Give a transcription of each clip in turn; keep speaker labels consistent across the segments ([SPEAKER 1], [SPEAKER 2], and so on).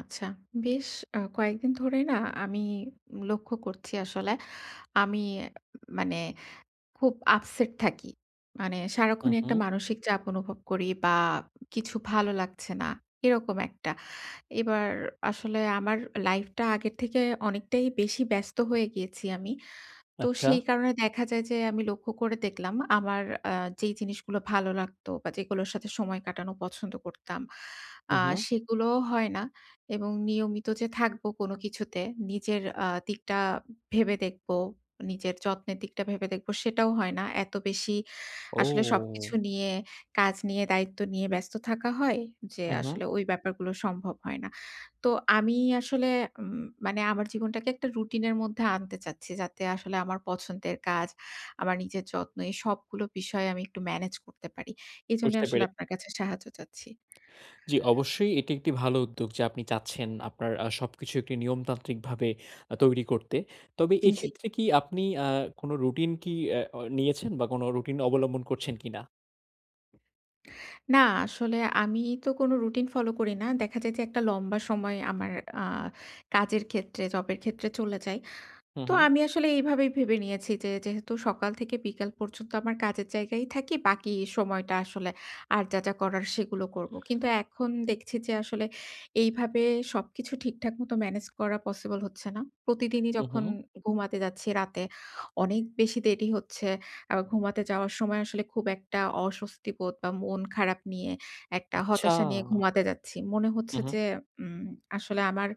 [SPEAKER 1] আচ্ছা, বেশ কয়েকদিন ধরেই না আমি লক্ষ্য করছি আসলে আমি মানে খুব আপসেট থাকি। মানে
[SPEAKER 2] হুম,
[SPEAKER 1] সারাক্ষণই একটা
[SPEAKER 2] হুম।
[SPEAKER 1] মানসিক চাপ অনুভব করি বা কিছু ভালো লাগছে না, এরকম একটা। এবার আসলে আমার লাইফটা আগের থেকে অনেকটাই বেশি ব্যস্ত হয়ে গিয়েছি আমি। তো
[SPEAKER 2] আচ্ছা।
[SPEAKER 1] সেই কারণে দেখা যায় যে আমি লক্ষ্য করে দেখলাম আমার আ যেই জিনিসগুলো ভালো লাগতো বা যেগুলোর সাথে সময় কাটানো পছন্দ করতাম, আ
[SPEAKER 2] হুম, হুম।
[SPEAKER 1] সেগুলোও হয় না এবং নিয়মিত যে থাকবো কোনো কিছুতে নিজের দিকটা ভেবে দেখবো, নিজের যত্নের দিকটা ভেবে দেখবো সেটাও হয় না। এত বেশি আসলে
[SPEAKER 2] ও!
[SPEAKER 1] সবকিছু নিয়ে, কাজ নিয়ে, দায়িত্ব নিয়ে ব্যস্ত থাকা হয় যে
[SPEAKER 2] হুম, হুম।
[SPEAKER 1] আসলে ওই ব্যাপারগুলো সম্ভব হয় না। তো আমি আসলে উম মানে আমার জীবনটাকে একটা রুটিনের মধ্যে আনতে চাচ্ছি। যাতে আসলে আমার পছন্দের কাজ, আমার নিজের যত্ন এই সবগুলো বিষয় আমি একটু ম্যানেজ করতে পারি। এজন্য
[SPEAKER 2] বুঝতে
[SPEAKER 1] আসলে
[SPEAKER 2] পেরে
[SPEAKER 1] আপনার কাছে সাহায্য চাচ্ছি।
[SPEAKER 2] জি, অবশ্যই এটি একটি ভালো উদ্যোগ যে আপনি চাচ্ছেন আপনার সবকিছু একটি নিয়মতান্ত্রিকভাবে তৈরি করতে। তবে
[SPEAKER 1] জি।
[SPEAKER 2] এক্ষেত্রে কি আপনি কোনো রুটিন কি নিয়েছেন বা কোনো রুটিন অবলম্বন করছেন কিনা?
[SPEAKER 1] না আসলে আমি তো কোনো রুটিন ফলো করি না। দেখা যায় যে একটা লম্বা সময় আমার আ কাজের ক্ষেত্রে, জবের ক্ষেত্রে চলে যায়।
[SPEAKER 2] হুম,
[SPEAKER 1] তো
[SPEAKER 2] হুম।
[SPEAKER 1] আমি আসলে এইভাবেই ভেবে নিয়েছি যে, যেহেতু সকাল থেকে বিকাল পর্যন্ত আমার কাজের জায়গায় থাকি, বাকি সময়টা আসলে আর যা, যা করার সেগুলো করব। কিন্তু এখন দেখছি যে আসলে এইভাবে সবকিছু ঠিকঠাক মতো ম্যানেজ করা পসিবল হচ্ছে না। প্রতিদিনই
[SPEAKER 2] হুম,
[SPEAKER 1] যখন
[SPEAKER 2] হুম।
[SPEAKER 1] ঘুমাতে যাচ্ছি রাতে অনেক বেশি দেরি হচ্ছে। আবার ঘুমাতে যাওয়ার সময় আসলে খুব একটা অস্বস্তি বোধ বা মন খারাপ নিয়ে একটা
[SPEAKER 2] আচ্ছা।
[SPEAKER 1] হতাশা নিয়ে ঘুমাতে যাচ্ছি। মনে হচ্ছে
[SPEAKER 2] হুম, হুম।
[SPEAKER 1] যে উম আসলে আমার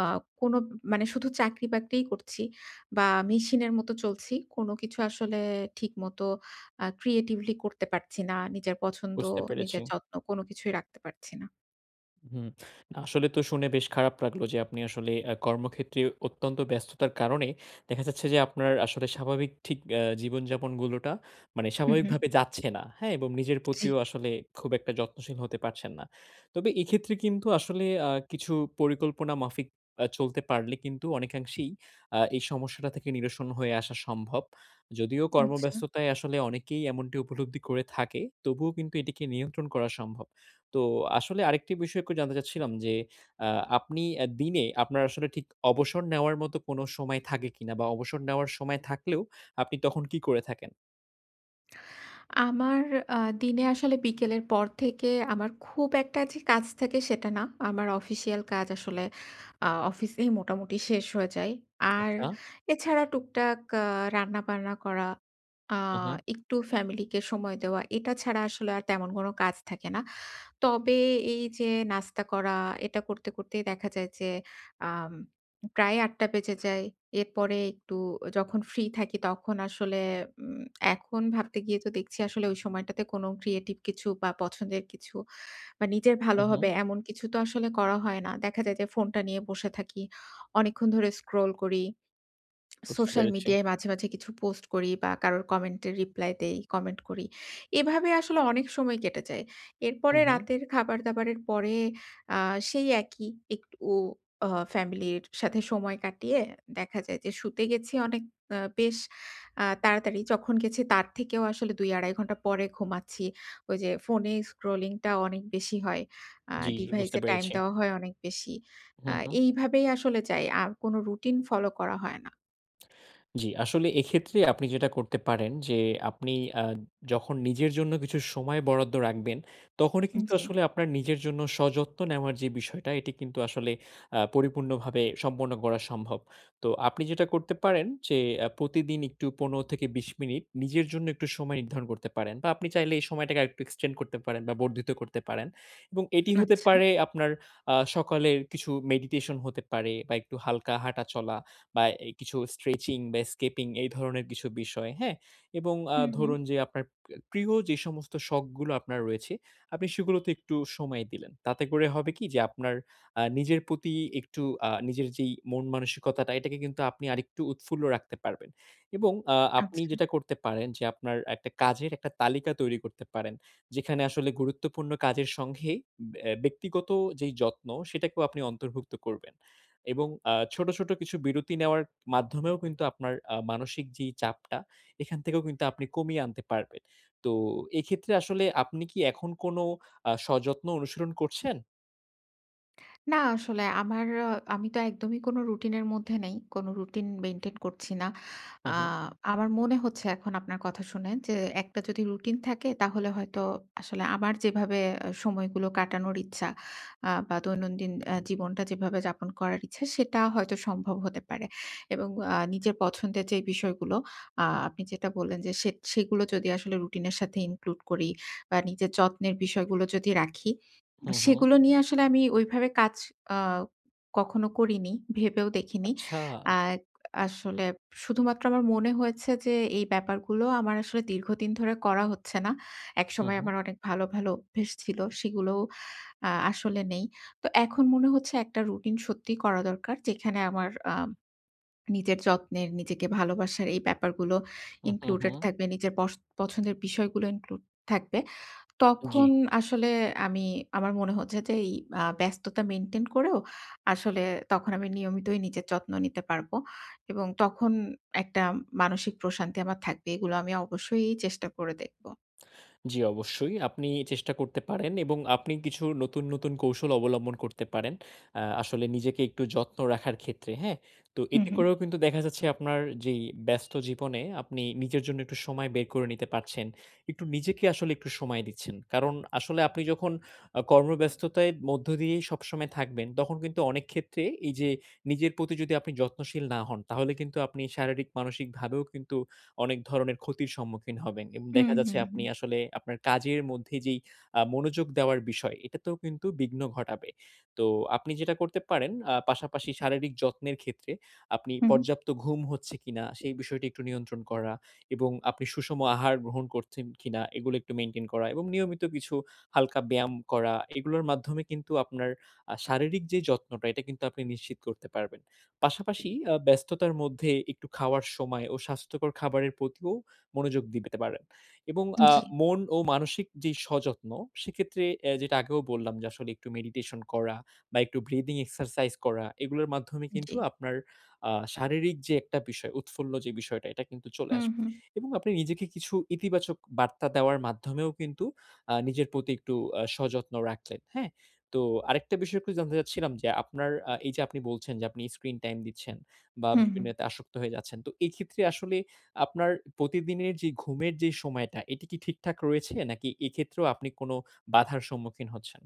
[SPEAKER 1] আ কোনো মানে শুধু চাকরি-বাকরিই করছি। বা মেশিনের মতো চলছি। কোনো কিছু আসলে ঠিকমতো ক্রিয়েটিভলি করতে পারছি না। নিজের পছন্দ,
[SPEAKER 2] বুঝতে পেরেছি।
[SPEAKER 1] নিজের যত্ন কোনো কিছুই রাখতে পারছি না।
[SPEAKER 2] হুম। আসলে তো শুনে বেশ খারাপ লাগলো যে আপনি আসলে কর্মক্ষেত্রে অত্যন্ত ব্যস্ততার কারণে দেখা যাচ্ছে যে আপনার আসলে স্বাভাবিক ঠিক জীবনযাপনগুলোটা মানে
[SPEAKER 1] হু, হু।
[SPEAKER 2] স্বাভাবিকভাবে যাচ্ছে না। হ্যাঁ? এবং নিজের
[SPEAKER 1] জি।
[SPEAKER 2] প্রতিও আসলে খুব একটা যত্নশীল হতে পারছেন না। তবে এক্ষেত্রে কিন্তু আসলে কিছু পরিকল্পনা মাফিক চলতে পারলে কিন্তু অনেকাংশেই এই সমস্যাটা থেকে নিরসন হয়ে আসা সম্ভব। যদিও
[SPEAKER 1] আচ্ছা।
[SPEAKER 2] কর্মব্যস্ততায় আসলে অনেকেই এমনটি উপলব্ধি করে থাকে, তবুও কিন্তু এটিকে নিয়ন্ত্রণ করা সম্ভব। তো আসলে আরেকটি বিষয় একটু জানতে চাচ্ছিলাম যে, আ আপনি দিনে আপনার আসলে ঠিক অবসর নেওয়ার মতো কোনো সময় থাকে কিনা? বা অবসর নেওয়ার সময় থাকলেও আপনি তখন কি করে থাকেন?
[SPEAKER 1] আমার আ দিনে আসলে বিকেলের পর থেকে আমার খুব একটা যে কাজ থাকে সেটা না। আমার অফিসিয়াল কাজ আসলে অফিসেই মোটামুটি শেষ হয়ে যায়। আর
[SPEAKER 2] আচ্ছা।
[SPEAKER 1] এছাড়া টুকটাক রান্না-বান্না করা, আ
[SPEAKER 2] হু, হু,
[SPEAKER 1] একটু ফ্যামিলিকে সময় দেওয়া, এটা ছাড়া আসলে আর তেমন কোনো কাজ থাকে না। তবে এই যে নাস্তা করা, এটা করতে, করতেই দেখা যায় যে আম প্রায় ৮:০০ বেজে যায়। এরপরে একটু যখন ফ্রি থাকি তখন আসলে উম এখন ভাবতে গিয়ে তো দেখছি আসলে ওই সময়টাতে কোনো ক্রিয়েটিভ কিছু বা পছন্দের কিছু বা নিজের
[SPEAKER 2] হু,
[SPEAKER 1] ভালো
[SPEAKER 2] হু।
[SPEAKER 1] হবে এমন কিছু তো আসলে করা হয় না। দেখা যায় যে ফোনটা নিয়ে বসে থাকি। অনেকক্ষণ ধরে স্ক্রল করি।
[SPEAKER 2] বুঝতে
[SPEAKER 1] সোশ্যাল
[SPEAKER 2] পেরেছি।
[SPEAKER 1] মিডিয়ায় মাঝে, মাঝে কিছু পোস্ট করি বা কারোর কমেন্টের রিপ্লাই দেই, কমেন্ট করি। এভাবে আসলে অনেক সময় কেটে যায়।
[SPEAKER 2] হু,
[SPEAKER 1] এরপরে
[SPEAKER 2] হু।
[SPEAKER 1] রাতের খাবার-দাবারের পরে আ সেই একই একটু আ ফ্যামিলির সাথে সময় কাটিয়ে দেখা যায় যে শুতে গেছি অনেক আ বেশ আ তাড়াতাড়ি। যখন গেছি তার থেকেও আসলে ২-২.৫ ঘন্টা পরে ঘুমাচ্ছি। ওই যে ফোনে স্ক্রলিংটা অনেক বেশি হয়।
[SPEAKER 2] জি, জি বুঝতে
[SPEAKER 1] ডিভাইসে টাইম
[SPEAKER 2] পেরেছি।
[SPEAKER 1] দেওয়া হয় অনেক বেশি। আ
[SPEAKER 2] হু, হু।
[SPEAKER 1] এইভাবেই আসলে যাই। আর কোনো রুটিন ফলো করা হয় না।
[SPEAKER 2] জি, আসলে এক্ষেত্রে আপনি যেটা করতে পারেন যে আপনি আ যখন নিজের জন্য কিছু সময় বরাদ্দ রাখবেন, তখনই কিন্তু
[SPEAKER 1] জি।
[SPEAKER 2] আসলে আপনার নিজের জন্য সযত্ন নেওয়ার যে বিষয়টা এটি কিন্তু আসলে পরিপূর্ণভাবে সম্পন্ন করা সম্ভব। তো আপনি যেটা করতে পারেন যে প্রতিদিন একটু ১৫ থেকে ২০ মিনিট নিজের জন্য একটু সময় নির্ধারণ করতে পারেন বা আপনি চাইলে এই সময়টাকে আরেকটু এক্সটেন্ড করতে পারেন বা বর্ধিত করতে পারেন এবং এটি হতে
[SPEAKER 1] আচ্ছা।
[SPEAKER 2] পারে আপনার সকালের কিছু মেডিটেশন হতে পারে বা একটু হালকা হাঁটা চলা বা এই কিছু স্ট্রেচিং বা স্কেপিং এই ধরনের কিছু বিষয়, হ্যাঁ? এবং
[SPEAKER 1] হুম, হুম।
[SPEAKER 2] ধরুন যে আপনার প্রিয় যে সমস্ত শখগুলো আপনার রয়েছে, আপনি সেগুলোতে একটু সময় দিলেন। তাতে করে হবে কি যে আপনার নিজের প্রতি একটু নিজের যেই মন মানসিকতাটা এটাকে কিন্তু আপনি আরেকটু উৎফুল্ল রাখতে পারবেন। এবং আপনি
[SPEAKER 1] আচ্ছা।
[SPEAKER 2] যেটা করতে পারেন যে আপনার একটা কাজের একটা তালিকা তৈরি করতে পারেন। যেখানে আসলে গুরুত্বপূর্ণ কাজের সঙ্গে ব্যক্তিগত যেই যত্ন সেটাকেও আপনি অন্তর্ভুক্ত করবেন। এবং ছোট, ছোট কিছু বিরতি নেওয়ার মাধ্যমেও কিন্তু আপনার মানসিক যেই চাপটা, এখান থেকেও কিন্তু আপনি কমিয়ে আনতে পারবেন। তো এক্ষেত্রে আসলে আপনি কি এখন কোনো সযত্ন অনুসরণ করছেন?
[SPEAKER 1] না আসলে আমার আ আমি তো একদমই কোনো রুটিনের মধ্যে নেই। কোনো রুটিন মেইনটেইন করছি না।
[SPEAKER 2] হু,
[SPEAKER 1] আ
[SPEAKER 2] হু।
[SPEAKER 1] আমার মনে হচ্ছে এখন আপনার কথা শুনে যে, একটা যদি রুটিন থাকে তাহলে হয়তো আসলে আমার যেভাবে সময়গুলো কাটানোর ইচ্ছা বা দৈনন্দিন জীবনটা যেভাবে যাপন করার ইচ্ছা সেটা হয়তো সম্ভব হতে পারে। এবং নিজের পছন্দের যে বিষয়গুলো আপনি যেটা বললেন যে সে সেগুলো যদি আসলে রুটিনের সাথে ইনক্লুড করি বা নিজের যত্নের বিষয়গুলো যদি রাখি
[SPEAKER 2] হু, হু।
[SPEAKER 1] সেগুলো নিয়ে আসলে আমি ওইভাবে কাজ আ কখনো করিনি, ভেবেও দেখিনি।
[SPEAKER 2] আচ্ছা।
[SPEAKER 1] আ আসলে শুধুমাত্র আমার মনে হয়েছে যে এই ব্যাপারগুলো আমার আসলে দীর্ঘদিন ধরে করা হচ্ছে না।
[SPEAKER 2] হু,
[SPEAKER 1] একসময়
[SPEAKER 2] হু।
[SPEAKER 1] আমার অনেক ভালো, ভালো অভ্যেস ছিল সেগুলোও আসলে নেই। তো এখন মনে হচ্ছে একটা রুটিন সত্যিই করা দরকার। যেখানে আমার নিজের যত্নের, নিজেকে ভালোবাসার এই ব্যাপারগুলো
[SPEAKER 2] হু, হু, হু।
[SPEAKER 1] included থাকবে। নিজের পছন্দের বিষয়গুলো include থাকবে।
[SPEAKER 2] জি।
[SPEAKER 1] তখন আসলে আমি আমার মনে হচ্ছে যে এই ব্যস্ততা মেইনটেইন করেও আসলে তখন আমি নিয়মিতই নিজের যত্ন নিতে পারবো এবং তখন একটা মানসিক প্রশান্তি আমার থাকবে। এগুলো আমি অবশ্যই চেষ্টা করে দেখব।
[SPEAKER 2] জি, অবশ্যই। আপনি চেষ্টা করতে পারেন এবং আপনি কিছু নতুন, নতুন কৌশল অবলম্বন করতে পারেন। আসলে নিজেকে একটু যত্ন রাখার ক্ষেত্রে, হ্যাঁ? তো
[SPEAKER 1] হু,
[SPEAKER 2] এতে
[SPEAKER 1] হু।
[SPEAKER 2] করেও কিন্তু দেখা যাচ্ছে আপনার যেই ব্যস্ত জীবনে আপনি নিজের জন্য একটু সময় বের করে নিতে পারছেন। একটু নিজেকে আসলে একটু সময় দিচ্ছেন। কারণ আসলে আপনি যখন কর্মব্যস্ততায় মধ্য দিয়েই সবসময় থাকবেন, তখন কিন্তু অনেক ক্ষেত্রে এই যে নিজের প্রতি যদি আপনি যত্নশীল না হন, তাহলে কিন্তু আপনি শারীরিক, মানসিকভাবেও কিন্তু অনেক ধরনের ক্ষতির সম্মুখীন হবেন। এবং
[SPEAKER 1] হুম,
[SPEAKER 2] দেখা যাচ্ছে
[SPEAKER 1] হুম,
[SPEAKER 2] আপনি
[SPEAKER 1] হুম,
[SPEAKER 2] আসলে আপনার কাজের মধ্যে যেই মনোযোগ দেওয়ার বিষয়, এটাতেও কিন্তু বিঘ্ন ঘটাবে। তো আপনি যেটা করতে পারেন পাশাপাশি শারীরিক যত্নের ক্ষেত্রে আপনি
[SPEAKER 1] হুম, হুম।
[SPEAKER 2] পর্যাপ্ত ঘুম হচ্ছে কিনা, সেই বিষয়টি একটু নিয়ন্ত্রণ করা এবং আপনি সুষম আহার গ্রহণ করছেন কিনা, এগুলো একটু মেইনটেইন করা এবং নিয়মিত কিছু হালকা ব্যায়াম করা, এগুলোর মাধ্যমে কিন্তু আপনার শারীরিক যে যত্নটা, এটা কিন্তু আপনি নিশ্চিত করতে পারবেন। পাশাপাশি ব্যস্ততার মধ্যে একটু খাওয়ার সময় ও স্বাস্থ্যকর খাবারের প্রতিও মনোযোগ দিতে পারেন। এবং
[SPEAKER 1] জি,
[SPEAKER 2] মন ও মানসিক যেই সযত্ন, সেক্ষেত্রে যেটা আগেও বললাম যে আসলে একটু মেডিটেশন করা বা একটু ব্রিদিং এক্সারসাইজ করা, এগুলোর মাধ্যমে
[SPEAKER 1] জি।
[SPEAKER 2] কিন্তু আপনার শারীরিক যে একটা বিষয়, উৎফুল্ল যে বিষয়টা, এটা কিন্তু চলে
[SPEAKER 1] হুম,
[SPEAKER 2] আসবে।
[SPEAKER 1] হুম,
[SPEAKER 2] এবং আপনি নিজেকে কিছু ইতিবাচক বার্তা দেওয়ার মাধ্যমেও কিন্তু নিজের প্রতি একটু সযত্ন রাখলেন। হ্যাঁ? তো আরেকটা বিষয় একটু জানতে চাচ্ছিলাম যে আপনার এই যে আপনি বলছেন যে আপনি স্ক্রিন টাইম দিচ্ছেন বা
[SPEAKER 1] হুম, হুম।
[SPEAKER 2] বিভিন্ন এতে আসক্ত হয়ে যাচ্ছেন। তো এই ক্ষেত্রে আসলে আপনার প্রতিদিনের যে ঘুমের যে সময়টা এটি কি ঠিকঠাক রয়েছে? নাকি এক্ষেত্রেও আপনি কোনো বাধার সম্মুখীন হচ্ছেন?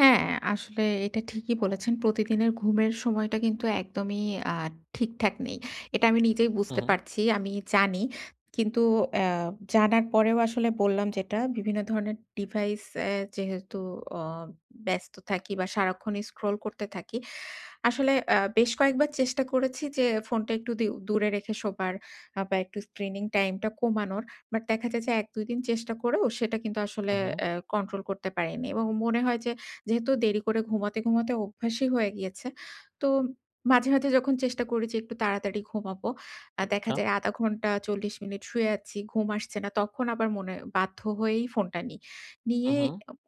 [SPEAKER 1] হ্যাঁ, আসলে এটা ঠিকই বলেছেন। প্রতিদিনের ঘুমের সময়টা কিন্তু একদমই আ ঠিকঠাক নেই। এটা আমি নিজেই
[SPEAKER 2] হু,
[SPEAKER 1] বুঝতে
[SPEAKER 2] হু,
[SPEAKER 1] পারছি। আমি জানি। কিন্তু অ্যা জানার পরেও আসলে বললাম যেটা, বিভিন্ন ধরনের ডিভাইস এ যেহেতু অ ব্যস্ত থাকি বা সারাক্ষণই স্ক্রল করতে থাকি, আসলে বেশ কয়েকবার চেষ্টা করেছি যে ফোনটা একটু দূরে রেখে শোবার বা একটু স্ক্রিনিং টাইমটা কমানোর। বাট দেখা যায় যে ১-২ দিন চেষ্টা করেও সেটা কিন্তু আসলে
[SPEAKER 2] হু, হু।
[SPEAKER 1] কন্ট্রোল করতে পারিনি। এবং মনে হয় যে যেহেতু দেরি করে ঘুমাতে, ঘুমাতে অভ্যাসই হয়ে গিয়েছে। তো মাঝে, মাঝে যখন চেষ্টা করি যে একটু তাড়াতাড়ি ঘুমাবো, দেখা
[SPEAKER 2] আচ্ছা।
[SPEAKER 1] যায় ০.৫ ঘন্টা ৪০ মিনিট শুয়ে আছি, ঘুম আসছে না। তখন আবার মনে বাধ্য হয়েই ফোনটা নিই।
[SPEAKER 2] হু,
[SPEAKER 1] নিয়ে
[SPEAKER 2] হু,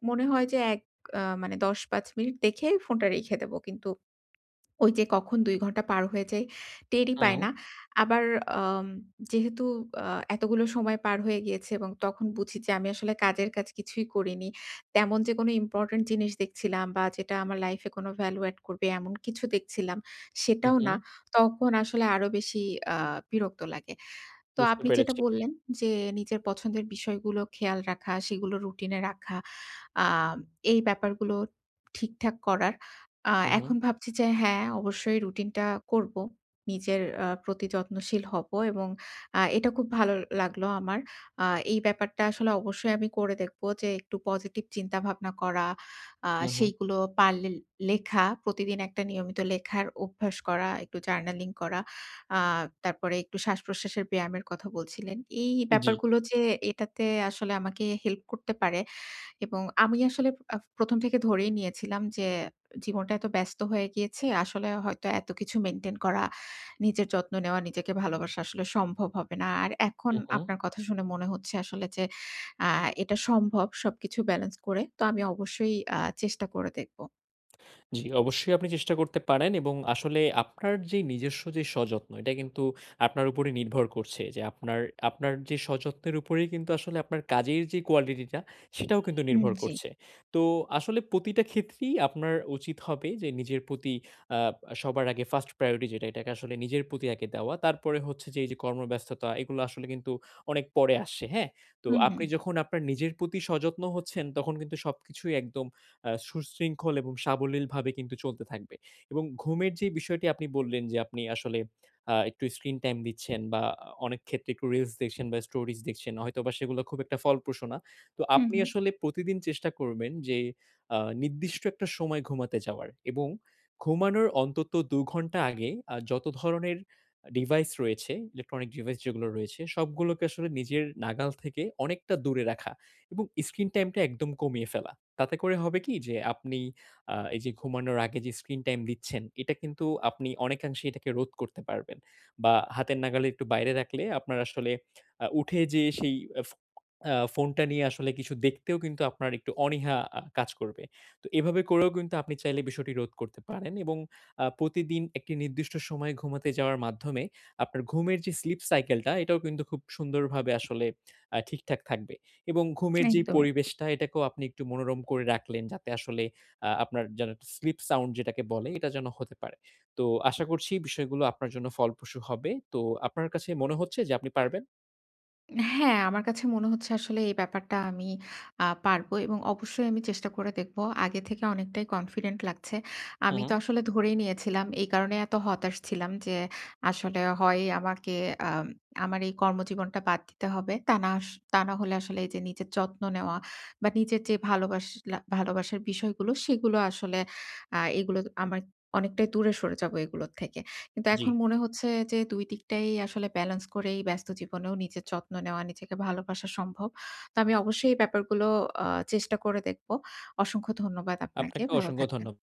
[SPEAKER 1] মনে হয় যে এক মানে ১০-৫ মিনিট দেখে ফোনটা রেখে দেব। কিন্তু ওই যে কখন ২ ঘন্টা পার হয়ে যায় টেরই পায় না।
[SPEAKER 2] হু,
[SPEAKER 1] আবার আম যেহেতু আ এতগুলো সময় পার হয়ে গিয়েছে এবং তখন বুঝি যে আমি আসলে কাজের কাজ কিছুই করিনি। তেমন যে কোনো ইম্পোর্টেন্ট জিনিস দেখছিলাম বা যেটা আমার লাইফে কোনো ভ্যালু এড করবে এমন কিছু দেখছিলাম
[SPEAKER 2] হু,
[SPEAKER 1] সেটাও
[SPEAKER 2] হু।
[SPEAKER 1] না। তখন আসলে আরো বেশি আ বিরক্ত লাগে। তো
[SPEAKER 2] বুঝতে
[SPEAKER 1] আপনি যেটা
[SPEAKER 2] পেরেছি।
[SPEAKER 1] বললেন যে, নিজের পছন্দের বিষয়গুলো খেয়াল রাখা, সেগুলো রুটিনে রাখা, আ এই ব্যাপারগুলো ঠিকঠাক করার। আ
[SPEAKER 2] হু, হু,
[SPEAKER 1] এখন ভাবছি যে হ্যাঁ, অবশ্যই রুটিনটা করব। নিজের প্রতি যত্নশীল হব এবং এটা খুব ভালো লাগলো আমার। আ এই ব্যাপারটা আসলে অবশ্যই আমি করে দেখব যে, একটু পজিটিভ চিন্তাভাবনা করা, আ
[SPEAKER 2] হু, হু।
[SPEAKER 1] সেইগুলো পারলে লেখা, প্রতিদিন একটা নিয়মিত লেখার অভ্যাস করা, একটু জার্নালিং করা। আ তারপরে একটু শ্বাস-প্রশ্বাসের ব্যায়ামের কথা বলছিলেন। এই
[SPEAKER 2] জি।
[SPEAKER 1] ব্যাপারগুলো যে এটাতে আসলে আমাকে হেল্প করতে পারে এবং আমি আসলে ১ম থেকে ধরেই নিয়েছিলাম যে জীবনটা এত ব্যস্ত হয়ে গিয়েছে। আসলে হয়তো এত কিছু মেইনটেইন করা, নিজের যত্ন নেওয়া, নিজেকে ভালোবাসা আসলে সম্ভব হবে না। আর এখন
[SPEAKER 2] হু, হু।
[SPEAKER 1] আপনার কথা শুনে মনে হচ্ছে আসলে যে আ এটা সম্ভব সবকিছু ব্যালেন্স করে। তো আমি অবশ্যই চেষ্টা করে দেখব।
[SPEAKER 2] জি, অবশ্যই আপনি চেষ্টা করতে পারেন এবং আসলে আপনার যে নিজস্ব যে সযত্ন এটা কিন্তু আপনার উপরে নির্ভর করছে যে আপনার আপনার যে সযত্নের উপরেই কিন্তু আসলে আপনার কাজের যে কোয়ালিটিটা সেটাও কিন্তু নির্ভর
[SPEAKER 1] জি।
[SPEAKER 2] করছে। তো আসলে প্রতিটা ক্ষেত্রেই আপনার উচিত হবে যে নিজের প্রতি আ সবার আগে ফার্স্ট প্রায়োরিটি যেটা এটাকে আসলে নিজের প্রতি আগে দেওয়া। তারপরে হচ্ছে যে এই যে কর্মব্যস্ততা এগুলো আসলে কিন্তু অনেক পরে আসছে, হ্যাঁ? তো
[SPEAKER 1] হুম, হুম।
[SPEAKER 2] আপনি যখন আপনার নিজের প্রতি সযত্ন হচ্ছেন তখন কিন্তু সবকিছুই একদম সুশৃঙ্খল এবং সাবলীলভাবে কিন্তু চলতে থাকবে। এবং ঘুমের যে বিষয়টি আপনি বললেন যে আপনি আসলে একটু স্ক্রিন টাইম দিচ্ছেন বা অনেক ক্ষেত্রে একটু রিলস দেখছেন বা স্টোরিজ দেখছেন। হয়তোবা সেগুলো খুব একটা ফলপ্রসূ না। তো
[SPEAKER 1] হুম,
[SPEAKER 2] আপনি
[SPEAKER 1] হুম।
[SPEAKER 2] আসলে প্রতিদিন চেষ্টা করবেন যে নির্দিষ্ট একটা সময় ঘুমাতে যাওয়ার এবং ঘুমানোর অন্তত ২ ঘন্টা আগে যত ধরনের ডিভাইস রয়েছে, ইলেকট্রনিক ডিভাইস যেগুলো রয়েছে সবগুলোকে আসলে নিজের নাগাল থেকে অনেকটা দূরে রাখা এবং স্ক্রিন টাইমটা একদম কমিয়ে ফেলা। তাতে করে হবে কি যে আপনি এই যে ঘুমানোর আগে যে স্ক্রিন টাইম দিচ্ছেন, এটা কিন্তু আপনি অনেকাংশে এটাকে রোধ করতে পারবেন। বা হাতের নাগালে একটু বাইরে রাখলে আপনার আসলে উঠে যেয়ে সেই আ ফো আ ফোনটা নিয়ে আসলে কিছু দেখতেও কিন্তু আপনার একটু অনীহা কাজ করবে। তো এভাবে করেও কিন্তু আপনি চাইলে বিষয়টি রোধ করতে পারেন এবং প্রতিদিন একটি নির্দিষ্ট সময়ে ঘুমাতে যাওয়ার মাধ্যমে আপনার ঘুমের যে স্লিপ সাইকেলটা এটাও কিন্তু খুব সুন্দরভাবে আসলে ঠিকঠাক থাকবে। এবং ঘুমের যেই
[SPEAKER 1] একদমই।
[SPEAKER 2] পরিবেশটা এটাকেও আপনি একটু মনোরম করে রাখলেন যাতে আসলে আপনার যেন একটা স্লিপ সাউন্ড যেটাকে বলে এটা যেন হতে পারে। তো আশা করছি বিষয়গুলো আপনার জন্য ফলপ্রসূ হবে। তো আপনার কাছে মনে হচ্ছে যে আপনি পারবেন?
[SPEAKER 1] হ্যাঁ, আমার কাছে মনে হচ্ছে আসলে এই ব্যাপারটা আমি পারবো এবং অবশ্যই আমি চেষ্টা করে দেখবো। আগে থেকে অনেকটাই কনফিডেন্ট লাগছে।
[SPEAKER 2] হু,
[SPEAKER 1] আমি
[SPEAKER 2] হু।
[SPEAKER 1] তো আসলে ধরেই নিয়েছিলাম। এই কারণে এত হতাশ ছিলাম যে আসলে হয় আমাকে আম আমার এই কর্মজীবনটা বাদ দিতে হবে। তা না হলে আসলে এই যে নিজের যত্ন নেওয়া বা নিজের যে ভালোবাসার বিষয়গুলো সেগুলো আসলে এগুলো আমার অনেকটাই দূরে সরে যাবো এগুলোর থেকে। কিন্তু
[SPEAKER 2] জি।
[SPEAKER 1] এখন মনে হচ্ছে যে ২ দিকটাই আসলে ব্যালেন্স করেই ব্যস্ত জীবনেও নিজের যত্ন নেওয়া, নিজেকে ভালোবাসা সম্ভব। তো আমি অবশ্যই এই ব্যাপারগুলো আ চেষ্টা করে দেখব। অসংখ্য ধন্যবাদ আপনাকে।
[SPEAKER 2] আপনাকে
[SPEAKER 1] ভালো
[SPEAKER 2] অসংখ্য
[SPEAKER 1] থাকবেন।
[SPEAKER 2] ধন্যবাদ।